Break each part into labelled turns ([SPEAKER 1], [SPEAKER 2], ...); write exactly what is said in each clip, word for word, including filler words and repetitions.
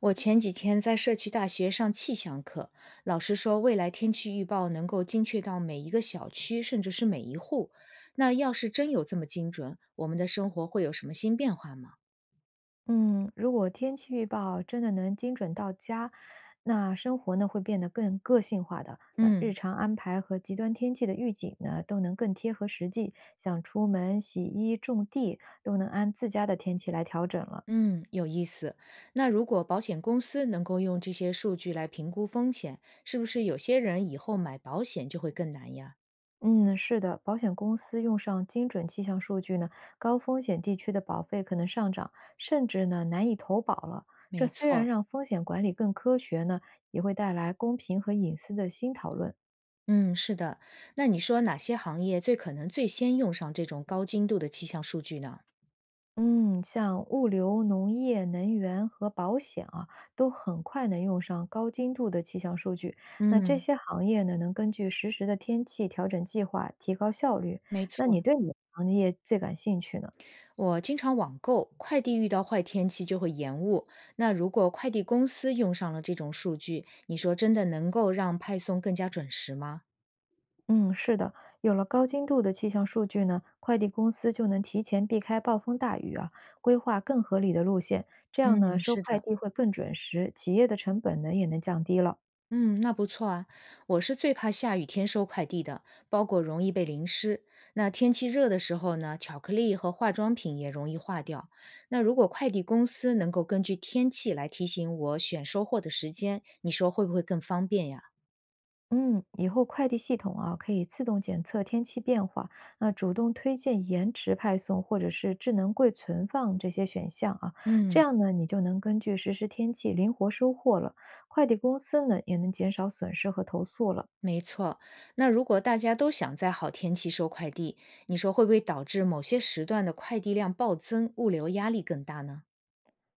[SPEAKER 1] 我前几天在社区大学上气象课，老师说未来天气预报能够精确到每一个小区，甚至是每一户。那要是真有这么精准，我们的生活会有什么新变化吗？
[SPEAKER 2] 嗯，如果天气预报真的能精准到家，那生活呢会变得更个性化的。那日
[SPEAKER 1] 嗯
[SPEAKER 2] 常安排和极端天气的预警呢，都能更贴合实际。想出门、洗衣、种地，都能按自家的天气来调整了。
[SPEAKER 1] 嗯，有意思。那如果保险公司能够用这些数据来评估风险，是不是有些人以后买保险就会更难呀？
[SPEAKER 2] 嗯，是的，保险公司用上精准气象数据呢，高风险地区的保费可能上涨，甚至呢难以投保了。这
[SPEAKER 1] 没
[SPEAKER 2] 虽然
[SPEAKER 1] 错。
[SPEAKER 2] 让风险管理更科学呢，也会带来公平和隐私的新讨论。
[SPEAKER 1] 嗯，是的。那你说哪些行业最可能最先用上这种高精度的气象数据呢？
[SPEAKER 2] 嗯，像物流、农业、能源和保险啊，都很快能用上高精度的气象数据。那这
[SPEAKER 1] 嗯，
[SPEAKER 2] 些行业呢，能根据实时的天气调整计划，提高效率。
[SPEAKER 1] 没
[SPEAKER 2] 那你
[SPEAKER 1] 错。
[SPEAKER 2] 对哪个行业最感兴趣呢？
[SPEAKER 1] 我经常网购，快递遇到坏天气就会延误。那如果快递公司用上了这种数据，你说真的能够让派送更加准时吗？
[SPEAKER 2] 嗯，是的，有了高精度的气象数据呢，快递公司就能提前避开暴风大雨啊，规划更合理的路线，这样呢，
[SPEAKER 1] 嗯，
[SPEAKER 2] 收
[SPEAKER 1] 是
[SPEAKER 2] 快
[SPEAKER 1] 的。
[SPEAKER 2] 递会更准时，企业的成本呢也能降低了。
[SPEAKER 1] 嗯，那不错啊。我是最怕下雨天收快递的，包裹容易被淋湿。那天气热的时候呢，巧克力和化妆品也容易化掉。那如果快递公司能够根据天气来提醒我选收货的时间，你说会不会更方便呀？
[SPEAKER 2] 嗯，以后快递系统啊，可以自动检测天气变化，那主动推荐延迟派送或者是智能柜存放这些选项啊，这
[SPEAKER 1] 嗯。
[SPEAKER 2] 样呢，你就能根据实时天气灵活收货了。快递公司呢，也能减少损失和投诉了。
[SPEAKER 1] 没错，那如果大家都想在好天气收快递，你说会不会导致某些时段的快递量暴增，物流压力更大呢？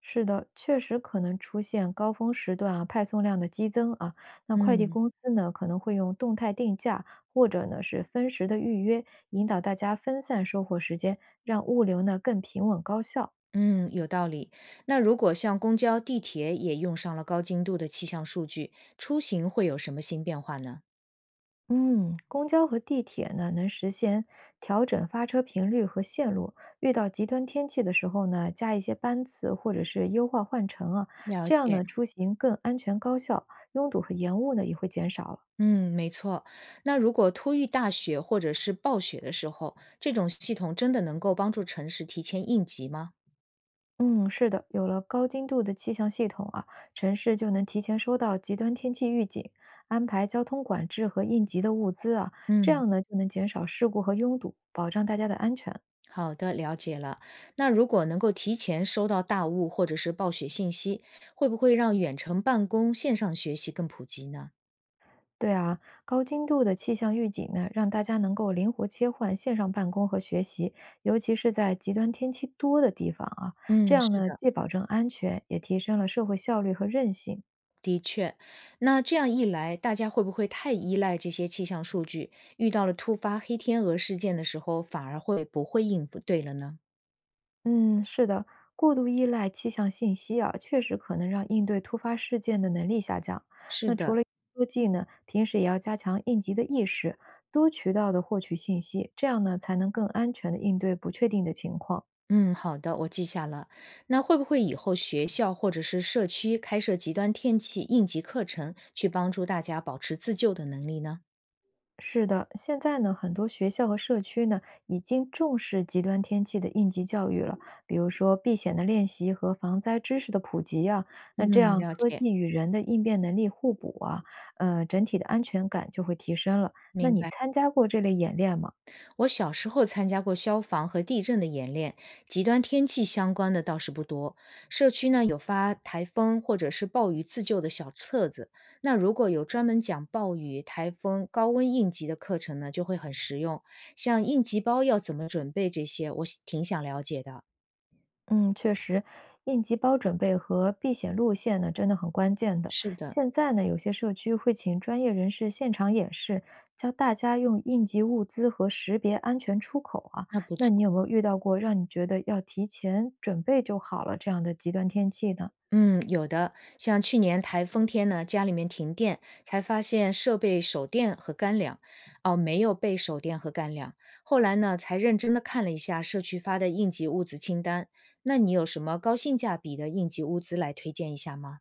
[SPEAKER 2] 是的，确实可能出现高峰时段啊，派送量的激增啊，那快递
[SPEAKER 1] 嗯
[SPEAKER 2] 公司呢，可能会用动态定价或者呢是分时的预约，引导大家分散收货时间，让物流呢更平稳高效。
[SPEAKER 1] 嗯，有道理。那如果像公交、地铁也用上了高精度的气象数据，出行会有什么新变化呢？
[SPEAKER 2] 嗯，公交和地铁呢，能实现调整发车频率和线路。遇到极端天气的时候呢，加一些班次或者是优化换乘啊，
[SPEAKER 1] 了
[SPEAKER 2] 这样
[SPEAKER 1] 解，
[SPEAKER 2] 呢，出行更安全高效，拥堵和延误呢也会减少了。
[SPEAKER 1] 嗯，没错。那如果突遇大雪或者是暴雪的时候，这种系统真的能够帮助城市提前应急吗？
[SPEAKER 2] 嗯，是的，有了高精度的气象系统啊，城市就能提前收到极端天气预警，安排交通管制和应急的物资啊，这
[SPEAKER 1] 嗯。
[SPEAKER 2] 样呢就能减少事故和拥堵，保障大家的安全。
[SPEAKER 1] 好的，了解了。那如果能够提前收到大雾或者是暴雪信息，会不会让远程办公、线上学习更普及呢？
[SPEAKER 2] 对啊，高精度的气象预警呢，让大家能够灵活切换线上办公和学习，尤其是在极端天气多的地方啊，这
[SPEAKER 1] 嗯，
[SPEAKER 2] 样
[SPEAKER 1] 是
[SPEAKER 2] 呢，
[SPEAKER 1] 的，
[SPEAKER 2] 既保证安全，也提升了社会效率和韧性。
[SPEAKER 1] 那这样一来，大家会不会太依赖这些气象数据？遇到了突发黑天鹅事件的时候，反而会不会应对了呢？
[SPEAKER 2] 嗯，是的，过度依赖气象信息啊，确实可能让应对突发事件的能力下降。
[SPEAKER 1] 是
[SPEAKER 2] 那除
[SPEAKER 1] 的。
[SPEAKER 2] 了科技呢，平时也要加强应急的意识，多渠道的获取信息，这样呢，才能更安全的应对不确定的情况。
[SPEAKER 1] 嗯，好的，我记下了。那会不会以后学校或者是社区开设极端天气应急课程，去帮助大家保持自救的能力呢？
[SPEAKER 2] 是的，现在呢，很多学校和社区呢已经重视极端天气的应急教育了，比如说避险的练习和防灾知识的普及啊，那这
[SPEAKER 1] 嗯，
[SPEAKER 2] 样
[SPEAKER 1] 了
[SPEAKER 2] 科
[SPEAKER 1] 解，
[SPEAKER 2] 技与人的应变能力互补啊，呃，整体的安全感就会提升了。那
[SPEAKER 1] 明
[SPEAKER 2] 你
[SPEAKER 1] 白。
[SPEAKER 2] 参加过这类演练吗？
[SPEAKER 1] 我小时候参加过消防和地震的演练，极端天气相关的倒是不多。社区呢有发台风或者是暴雨自救的小册子，那如果有专门讲暴雨、台风、高温应急的课程呢，就会很实用。像应急包要怎么准备这些，我挺想了解的。
[SPEAKER 2] 嗯，确实，应急包准备和避险路线呢，真的很关键的。
[SPEAKER 1] 是的，
[SPEAKER 2] 现在呢，有些社区会请专业人士现场演示，教大家用应急物资和识别安全出口啊。
[SPEAKER 1] 那不
[SPEAKER 2] 那你
[SPEAKER 1] 错。
[SPEAKER 2] 有没有遇到过让你觉得要提前准备就好了这样的极端天气呢？
[SPEAKER 1] 嗯，有的，像去年台风天呢，家里面停电，才发现设备手电和干粮，哦，没有备手电和干粮。后来呢，才认真的看了一下社区发的应急物资清单。那你有什么高性价比的应急物资来推荐一下吗？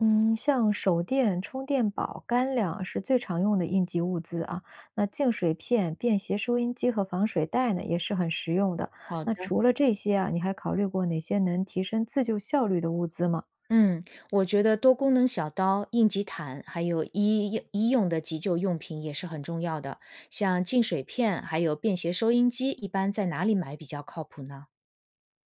[SPEAKER 2] 嗯，像手电、充电宝、干粮是最常用的应急物资啊。那净水片、便携收音机和防水袋呢，也是很实用的。
[SPEAKER 1] 好的，
[SPEAKER 2] 那除了这些啊，你还考虑过哪些能提升自救效率的物资吗？
[SPEAKER 1] 嗯，我觉得多功能小刀、应急毯，还有医医用的急救用品也是很重要的，像净水片，还有便携收音机，一般在哪里买比较靠谱呢？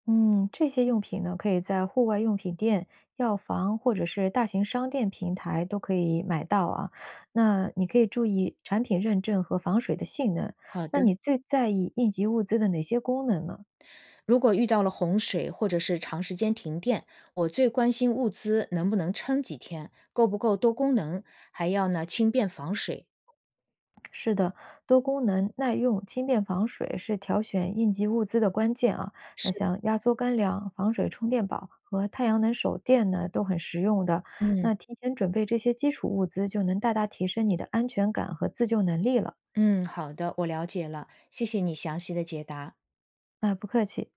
[SPEAKER 2] 嗯，这些用品呢，可以在户外用品店、药房或者是大型商店平台都可以买到啊。那你可以注意产品认证和防水的性能。
[SPEAKER 1] 好
[SPEAKER 2] 那
[SPEAKER 1] 的。
[SPEAKER 2] 你最在意应急物资的哪些功能呢？
[SPEAKER 1] 如果遇到了洪水或者是长时间停电，我最关心物资能不能撑几天，够不够多功能，还要呢轻便防水。
[SPEAKER 2] 是的，多功能、耐用、轻便防水是挑选应急物资的关键啊。那
[SPEAKER 1] 是的，
[SPEAKER 2] 像压缩干粮、防水充电宝和太阳能手电呢，都很实用的。
[SPEAKER 1] 嗯
[SPEAKER 2] 那提前准备这些基础物资，就能大大提升你的安全感和自救能力了。
[SPEAKER 1] 嗯，好的，我了解了，谢谢你详细的解答。
[SPEAKER 2] 那不客气。